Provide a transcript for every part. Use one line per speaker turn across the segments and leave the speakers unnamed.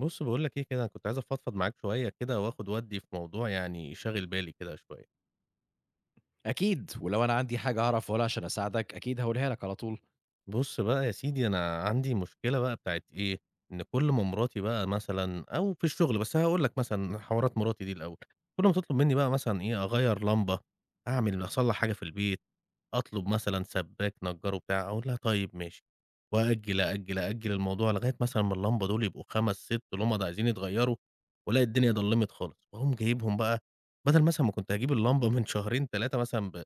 بُص باقول لك إيه كده، أنا كنت عايز أفضفض معاك شوية كده، وآخد وأدّي في موضوع يعني شاغل بالي كده شوية.
أكيد، ولو أنا عندي حاجة هاعرف أقولها عشان أساعدك أكيد هاقولها لك على طول.
بُص بقى يا سيدي، أنا عندي مشكلة بقى بتاعة إيه، إن كل ما مراتي بقى مثلًا أو في الشغل، بس هاقول لك مثلًا حوارات مراتي دي الأول، كل ما تطلب منّي بقى مثلًا إيه، أغيّر لمبة، أعمل أصلّح حاجة في البيت، أطلب مثلًا سباك نجّره بتاع، أقول لها طيب ماشي، وأأجّل، أأجّل، أأجّل الموضوع لغاية مثلًا ما اللمبة دول يبقوا 5، 6 لُمض عايزين يتغيّروا، والاقي الدنيا ضلّمت خالص، واقوم جايبهم بقى بدل مثلًا ما كنت هاجيب اللمبة من شهرين، 3 مثلًا ب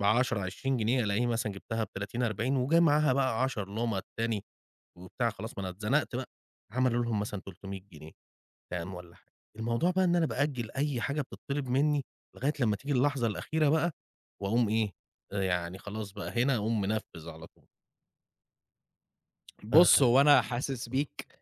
ب10، 20 جنيه ألاقيني مثلًا جبتها ب30، 40 وجاي معاها بقى 10 لُمَض تاني وبتاع، خلاص ما أنا اتزنقت بقى، هاعمل لهم مثلًا 300 جنيه فاهم والّا حاجة. الموضوع بقى إن أنا بأجّل أي حاجة بتطلب منّي لغاية لمّا تيجي اللحظة الأخيرة بقى وأقوم إيه، يعني خلاص بقى هنا أقوم منفّذ على طول. ف
بُص، هو أنا حاسس
إمم.
بيك،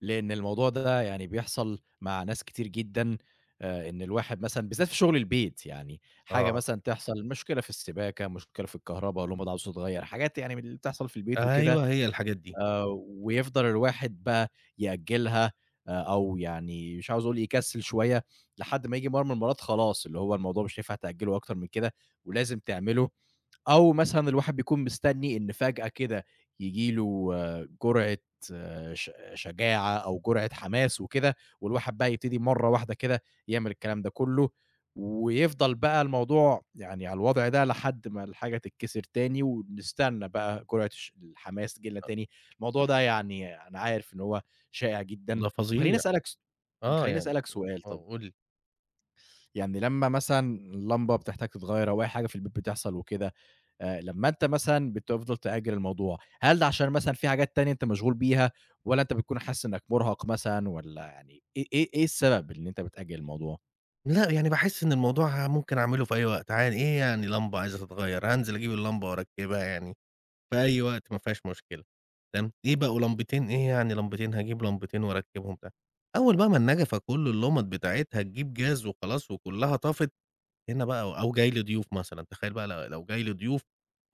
لإن الموضوع ده يعني بيحصل مع ناس كتير جدًا، إن الواحد مثلًا بالذات في شغل البيت يعني، حاجة
آه.
مثلًا تحصل مشكلة في السباكة، مشكلة في الكهربا، لمبة عاوزة تتغيّر، حاجات يعني من اللي بتحصل في البيت وكده،
أيوه، هي الحاجات دي.
ويفضل الواحد بقى يأجّلها، أو يعني مش عاوز أقول يكسّل شوية، لحد ما ييجي مرة من المرّات خلاص، اللي هو الموضوع مش هينفع تأجّله أكتر من كده ولازم تعمله، أو مثلًا الواحد بيكون مستنّي إن فجأة كده ييجي له جرعة، شجاعة أو جرعة حماس وكده، والواحد بقى يبتدي مرّة واحدة كده يعمل الكلام ده كلّه، ويفضل بقى الموضوع يعني على الوضع ده لحد ما الحاجة تتكسر تاني، ونستنى بقى جرعة الحماس تيجي لنا تاني. الموضوع ده يعني أنا عارف إن هو شائع جدًا.
ده
طب،
فظيع. آه،
خلّيني
يعني.
أسألك سؤال طَب،
آه، قُل لي.
يعني لمّا مثلًا لمبة بتحتاج تتغيّر أو أي حاجة في البيت بتحصل وكده، لمّا أنت مثلًا بتفضل تأجّل الموضوع، هل ده عشان مثلًا في حاجات تانية أنت مشغول بيها والّا أنت بتكون حاسس إنّك مرهق مثلًا والّا يعني إيه السبب اللي أنت بتأجّل الموضوع؟
لأ، يعني باحس إن الموضوع ممكن أعمله في أي وقت عادي، إيه يعني لمبة عايزة تتغيّر، هانزل أجيب اللمبة وأركّبها يعني. في أي وقت ما فيهاش مشكلة، تمام، إيه بقوا لمبتين إيه يعني لمبتين، هاجيب لمبتين وأركّبهم بتاع، أول بقى ما النجفة كل اللُمَض بتاعتها تجيب جاز وخلاص وكلّها طَفِت، هنا بقى أو جاي لي ضيوف مثلًا، تخيّل بقى لو جاي لي ضيوف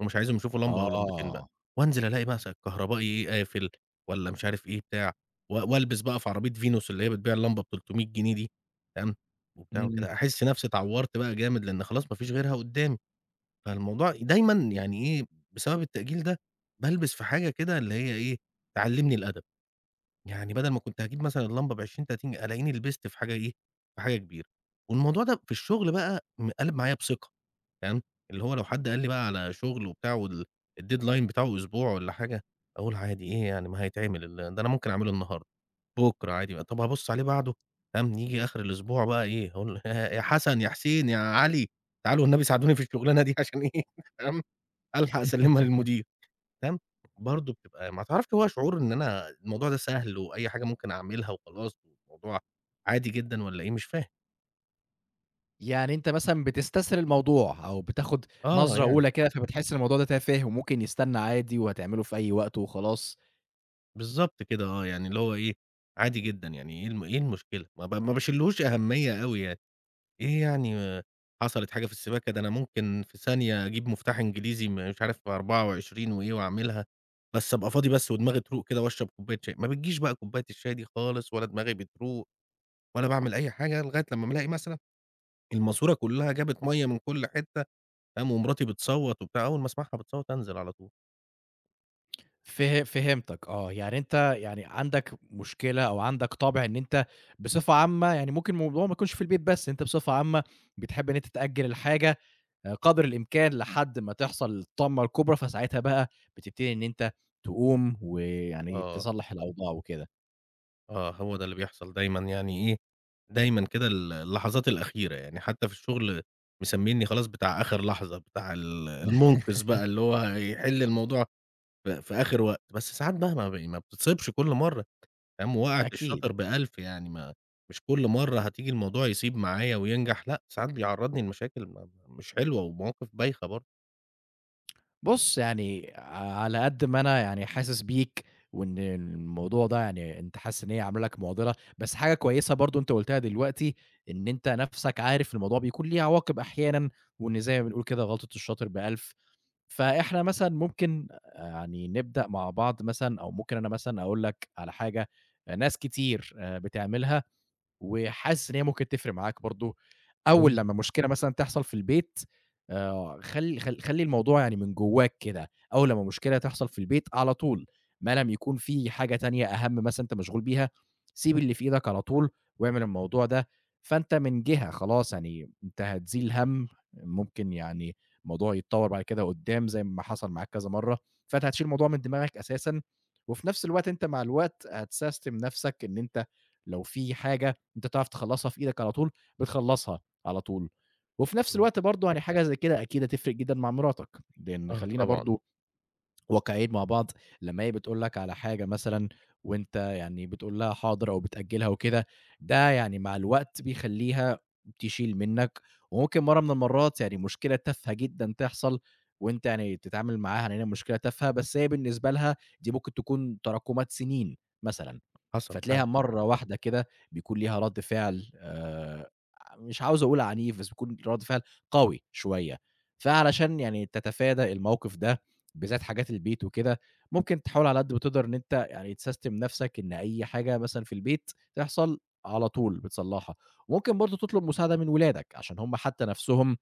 ومش عايزهم يشوفوا لمبة أو لمبتين بقى،
آه.
وأنزل ألاقي مثلًا الكهربائي إيه قافل والّا مش عارف إيه بتاع، والبس بقى في عربية فينوس اللي هي بتبيع اللمبة ب300 جنيه دي، تمام، وبتاع
إمم.
وكده، أحس نَفْسي اتعوّرت بقى جامد لإن خلاص ما فيش غيرها قدّامي. فالموضوع دايمًا يعني إيه، بسبب التأجيل ده بالبِس في حاجة كده اللي هي إيه، تعلّمني الأدب، يعني بدل ما كنت هاجيب مثلًا اللمبة ب20، 30 ألاقيني لبست في حاجة إيه، في حاجة كبيرة. والموضوع ده في الشغل بقى قَلَب معايا بثقة، تمام، اللي هو لو حد قال لي بقى على شغل وبتاع وال الdeadline بتاعه أسبوع والّا حاجة، أقول عادي إيه يعني ما هيتعمل ده أنا ممكن أعمله النهارده، بُكرة عادي بقى، طَب هابُص عليه بعده، فاهم، ييجي آخر الأسبوع بقى إيه، هاقول يا حسن، يا حسين، يا علي، تعالوا والنبي ساعدوني في الشغلانة دي عشان إيه، تمام. ألحق أسلّمها للمدير تمام، برضه بتبقى ما تعرفش هو شعور إن أنا الموضوع ده سهل وأي حاجة ممكن أعملها وخلاص والموضوع عادي جدًا والّا إيه مش فاهم.
يعني أنت مثلًا بتستسهل الموضوع أو بتاخُد
آه،
نظرة
يعني.
أولى كده، فبتحس إن الموضوع ده تافه وممكن يستنى عادي وهتعمله في أي وقت وخلاص؟
بالضبط كده آه، يعني اللي هو إيه عادي جدًا يعني إيه إيه المشكلة؟ ما باشيلهوش أهمية أوي يعني، إيه يعني آه، حصلت حاجة في السباكة ده أنا ممكن في ثانية أجيب مفتاح إنجليزي مش عارف 24 وإيه وأعملها، بس أبقى فاضي بس ودماغي تروق كده وأشرب كوباية شاي، ما بتجيش بقى كوباية الشاي دي خالص ولا دماغي بتروق. ولا باعمل أي حاجة، لغاية لمّا بالاقي مثلًا الماسورة كلّها جابت مَيّة من كل حتّة، قام ومراتي بتصوّت وبتاع، أول ما أسمعها بتصوّت أنزل على طول.
فهمتك آه، يعني أنت يعني عندك مشكلة أو عندك طابع إن أنت بصفة عامة، يعني ممكن الموضوع ما يكونش في البيت بس، أنت بصفة عامة بتحب إن أنت تأجّل الحاجة آه، قدر الإمكان لحد ما تحصل الطامة الكبرى، فساعتها بقى بتبتدي إن أنت تقوم ويعني
آه.
تصلّح الأوضاع وكده،
آه، هو ده اللي بيحصل دايمًا يعني إيه، دايمًا كده اللحظات الأخيرة، يعني حتّى في الشغل مسمّينّي خلاص بتاع آخر لحظة، بتاع المُنقذ بقى اللي هو هيحل الموضوع في آخر وقت، بس ساعات بقى ما بتتصيبش كل مرّة، فاهم، ووقعت
أكيد.
الشاطر ب1000 يعني ما مش كل مرّة هتيجي الموضوع يسيب معايا وينجح، لأ، ساعات بيعرّضني لمشاكل ما ما مش حلوة ومواقف بايخة برضه.
بُص، يعني على قد ما أنا يعني حاسس بيك وإن الموضوع ده يعني أنت حاسس إن هي عاملة لك معضلة، بس حاجة كويسة برضه أنت قُلتها دلوقتي، إن أنت نَفْسك عارف الموضوع بيكون ليه عواقب أحيانًا، وإن زي ما بنقول كده غلطة الشاطر ب1000، فإحنا مثلًا ممكن يعني نبدأ مع بعض مثلًا أو ممكن أنا مثلًا أقول لك على حاجة ناس كتير بتعملها وحاسس إن هي ممكن تفرق معاك برضه،
قُل
أول
لي.
لمّا مشكلة مثلًا تحصل في البيت، خل خل خلّي الموضوع يعني من جواك كده، أول لمّا مشكلة تحصل في البيت على طول، ما لم يكون في حاجة تانية أهم مثلًا أنت مشغول بيها، سيب اللي في إيدك على طول واعمل الموضوع ده، فأنت من جهة خلاص يعني أنت هتزيل هَم، ممكن يعني الموضوع يتطوّر بعد كده قدّام زي ما حصل معاك كذا مرّة، فأنت هتشيل الموضوع من دماغك أساسًا، وفي نفس الوقت أنت مع الوقت هتسيستم نفسك إن أنت لو في حاجة أنت تعرف تخلّصها في إيدك على طول، بتخلّصها على طول. وفي نفس
آه.
الوقت برضه يعني حاجة زي كده أكيد هتفرق جدًا مع مراتك، لإن
آه
خلّينا
طبعًا.
برضه واقعيين مع بعض، لمّا هي بتقول لك على حاجة مثلًا وأنت يعني بتقول لها حاضر أو بتأجّلها وكده، ده يعني مع الوقت بيخلّيها تشيل منّك، وممكن مرّة من المرّات يعني مشكلة تافهة جدًا تحصل وأنت يعني تتعامل معاها إن هي مشكلة تافهة، بس هي بالنسبة لها دي ممكن تكون تراكمات سنين مثلًا،
حصل فعلًا.
فتلاقيها مرّة واحدة كده بيكون ليها رَد فعل، مش عاوز أقول عنيف، بس بيكون رَد فعل قوي شوية، فعلشان يعني تتفادى الموقف ده بالذات حاجات البيت وكده، ممكن تحاول على قد ما تقدر إن أنت يعني تسيستم نفسك إن أي حاجة مثلًا في البيت تحصل على طول بتصلّحها، وممكن برضه تطلب مساعدة من ولادك عشان هم حتى نفسهم،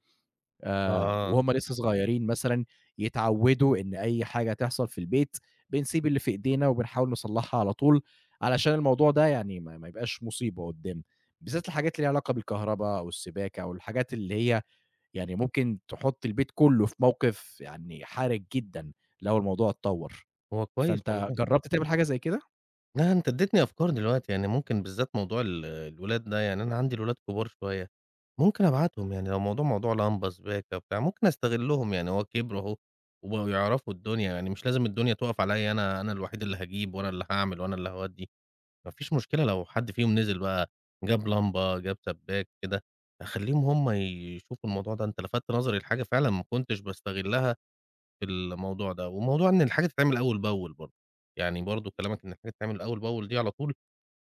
آه.
وهُم لسه صغيرين مثلًا يتعودوا إن أي حاجة تحصل في البيت بنسيب اللي في إيدينا وبنحاول نصلّحها على طول، علشان الموضوع ده يعني ما يبقاش مصيبة قدّام، بالذات الحاجات اللي ليها علاقة بالكهربا أو السباكة أو الحاجات اللي هي يعني ممكن تحُط البيت كُلّه في موقف يعني حرج جدًا لو الموضوع اتطوّر،
هو كويس
فأنت
والله.
جرّبت تعمل حاجة زي كده؟
لأ، أنت ادّيتني أفكار دلوقتي، يعني ممكن بالذات موضوع الولاد ده، يعني أنا عندي الولاد كبار شوية، ممكن أبعتهم يعني لو موضوع لمبة، سباكة، بتاع، ممكن أستغلّهم يعني هو كبروا أهو وبقوا يعرفوا الدنيا، يعني مش لازم الدنيا تُقف عليّا أنا، أنا الوحيد اللي هاجيب وأنا اللي هاعمل وأنا اللي هاودّي. ما فيش مشكلة لو حد فيهم نزل بقى، جاب لمبة، جاب سباك كده، خلّيهم هُم يشوفوا الموضوع ده، أنت لفتت نظري لحاجة فعلًا ما كنتش باستغلّها في الموضوع ده، وموضوع إن الحاجة تتعمل أول بأول برضه، يعني برضه كلامك إن الحاجة تتعمل أول بأول دي على طول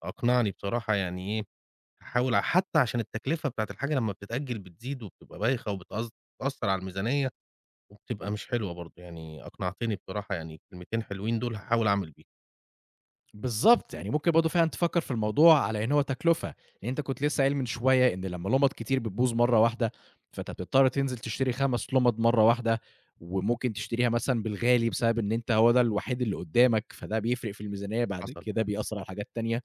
أقنعني بصراحة، يعني إيه هاحاول حتى عشان التكلفة بتاعة الحاجة لمّا بتتأجل بتزيد وبتبقى بايخة بتأثّر على الميزانية، وبتبقى مش حلوة برضه، يعني أقنعتني بصراحة، يعني الكلمتين حلوين دول هاحاول أعمل بيهم.
بالضبط، يعني ممكن برضه فعلًا تفكّر في الموضوع على إن هو تكلفة، لإن أنت كنت لسه قايل من شوية إن لمّا لُمَض كتير بتبوظ مرّة واحدة، فأنت بتضطر تنزل تشتري 5 لُمَض مرّة واحدة، وممكن تشتريها مثلًا بالغالي بسبب إن أنت هو ده الوحيد اللي قدّامك، فده بيفرق في الميزانية بعد
حصل.
كده بيأثّر على حاجات تانية.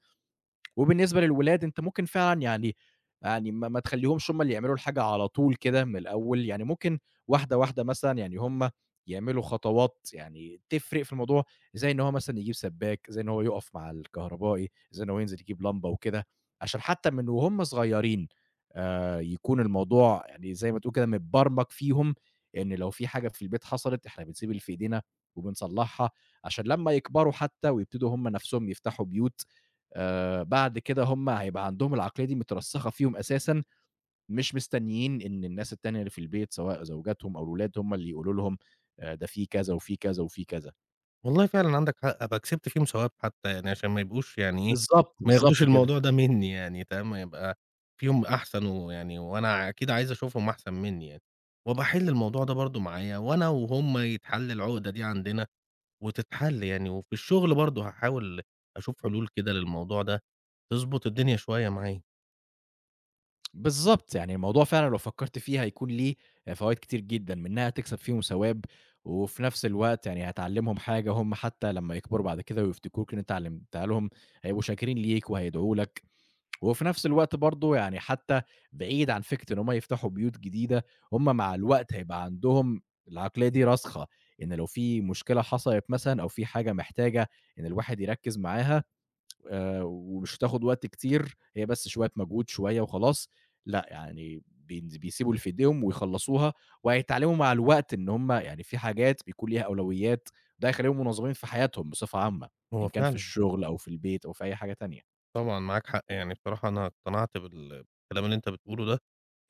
وبالنسبة للولاد أنت ممكن فعلًا يعني، يعني ما تخلّيهمش هم اللي يعملوا الحاجة على طول كده من الأول، يعني ممكن واحدة، واحدة مثلًا يعني هم يعملوا خطوات يعني تفرق في الموضوع، زي إن هو مثلًا يجيب سباك، زي إن هو يُقف مع الكهربائي، زي إن هو ينزل يجيب لمبة وكده، عشان حتى من وهُم صغيرين يكون الموضوع يعني زي ما تقول كده متبرمج فيهم، إن لو في حاجة في البيت حصلت إحنا بنسيب اللي في إيدينا وبنصلّحها، عشان لمّا يكبروا حتى ويبتدوا هم نَفْسهم يفتحوا بيوت، بعد كده هم هيبقى عندهم العقلية دي مترسّخة فيهم أساسًا، مش مستنيين إن الناس التانية اللي في البيت سواء زوجاتهم أو الولاد هم اللي يقولوا لهم، ده في كذا وفي كذا وفي كذا.
والله فعلًا عندك حق، أبقى كسبت فيهم ثواب حتى يعني عشان ما يبقوش يعني إيه،
بالضبط،
ما ياخدوش
بالضبط كده.
الموضوع ده منّي يعني تمام، يبقى فيهم أحسن، ويعني وأنا أكيد عايز أشوفهم أحسن منّي يعني، وأبقى أحل الموضوع ده برضه معايا وأنا وهُم يتحل العقدة دي عندنا وتتحل يعني، وفي الشغل برضه هاحاول أشوف حلول كده للموضوع ده تضبط الدنيا شوية معايا.
بالضبط، يعني الموضوع فعلًا لو فكّرت فيه هيكون ليه فوايد كتير جدًا، منها هتكسب فيهم ثواب، وفي نفس الوقت يعني هتعلّمهم حاجة هم حتى لمّا يكبروا بعد كده ويفتكروك إن أنت علّمتها لهم هيبقوا شاكرين ليك وهيدعوا لك. وفي نفس الوقت برضه يعني حتى بعيد عن فكرة إن هم يفتحوا بيوت جديدة، هم مع الوقت هيبقى عندهم العقلية دي راسخة، إن لو في مشكلة حصلت مثلًا أو في حاجة محتاجة إن الواحد يركّز معاها، ومش هتاخد وقت كتير، هي بس شوية مجهود شوية وخلاص، لأ يعني بيسيبوا اللي في إيديهم ويخلّصوها، وهيتعلموا مع الوقت إن هم يعني في حاجات بيكون ليها أولويات، ده هيخلّيهم منظمين في حياتهم بصفة عامة،
هو
إن كان في
فعلًا.
الشغل أو في البيت أو في أي حاجة تانية.
طبعًا معاك حق، يعني بصراحة أنا اقتنعت بالكلام اللي أنت بتقوله ده،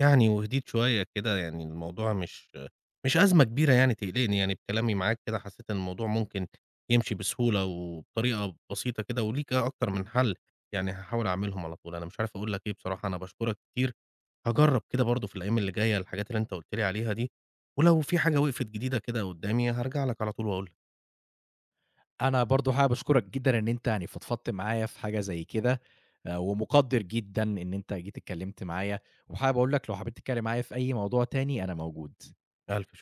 يعني وهديت شوية كده، يعني الموضوع مش أزمة كبيرة يعني تقلقني، يعني بكلامي معاك كده حسيت إن الموضوع ممكن يمشي بسهولة وبطريقة بسيطة كده، وليك أكتر من حل، يعني هاحاول أعملهم على طول. أنا مش عارف أقول لك إيه بصراحة، أنا باشكرك كتير، هاجرّب كده برضه في الأيام اللي جاية الحاجات اللي أنت قُلت لي عليها دي، ولو في حاجة وقفت جديدة كده قدّامي هارجع لك على طول وأقول لك.
أنا برضه حابب أشكرك جدًا إن أنت يعني فضفضت معايا في حاجة زي كده، ومُقدّر جدًا إن أنت جيت اتكلمت معايا، وحابب أقول لك لو حبيت تتكلم معايا في أي موضوع تاني أنا موجود.
ألف شكر.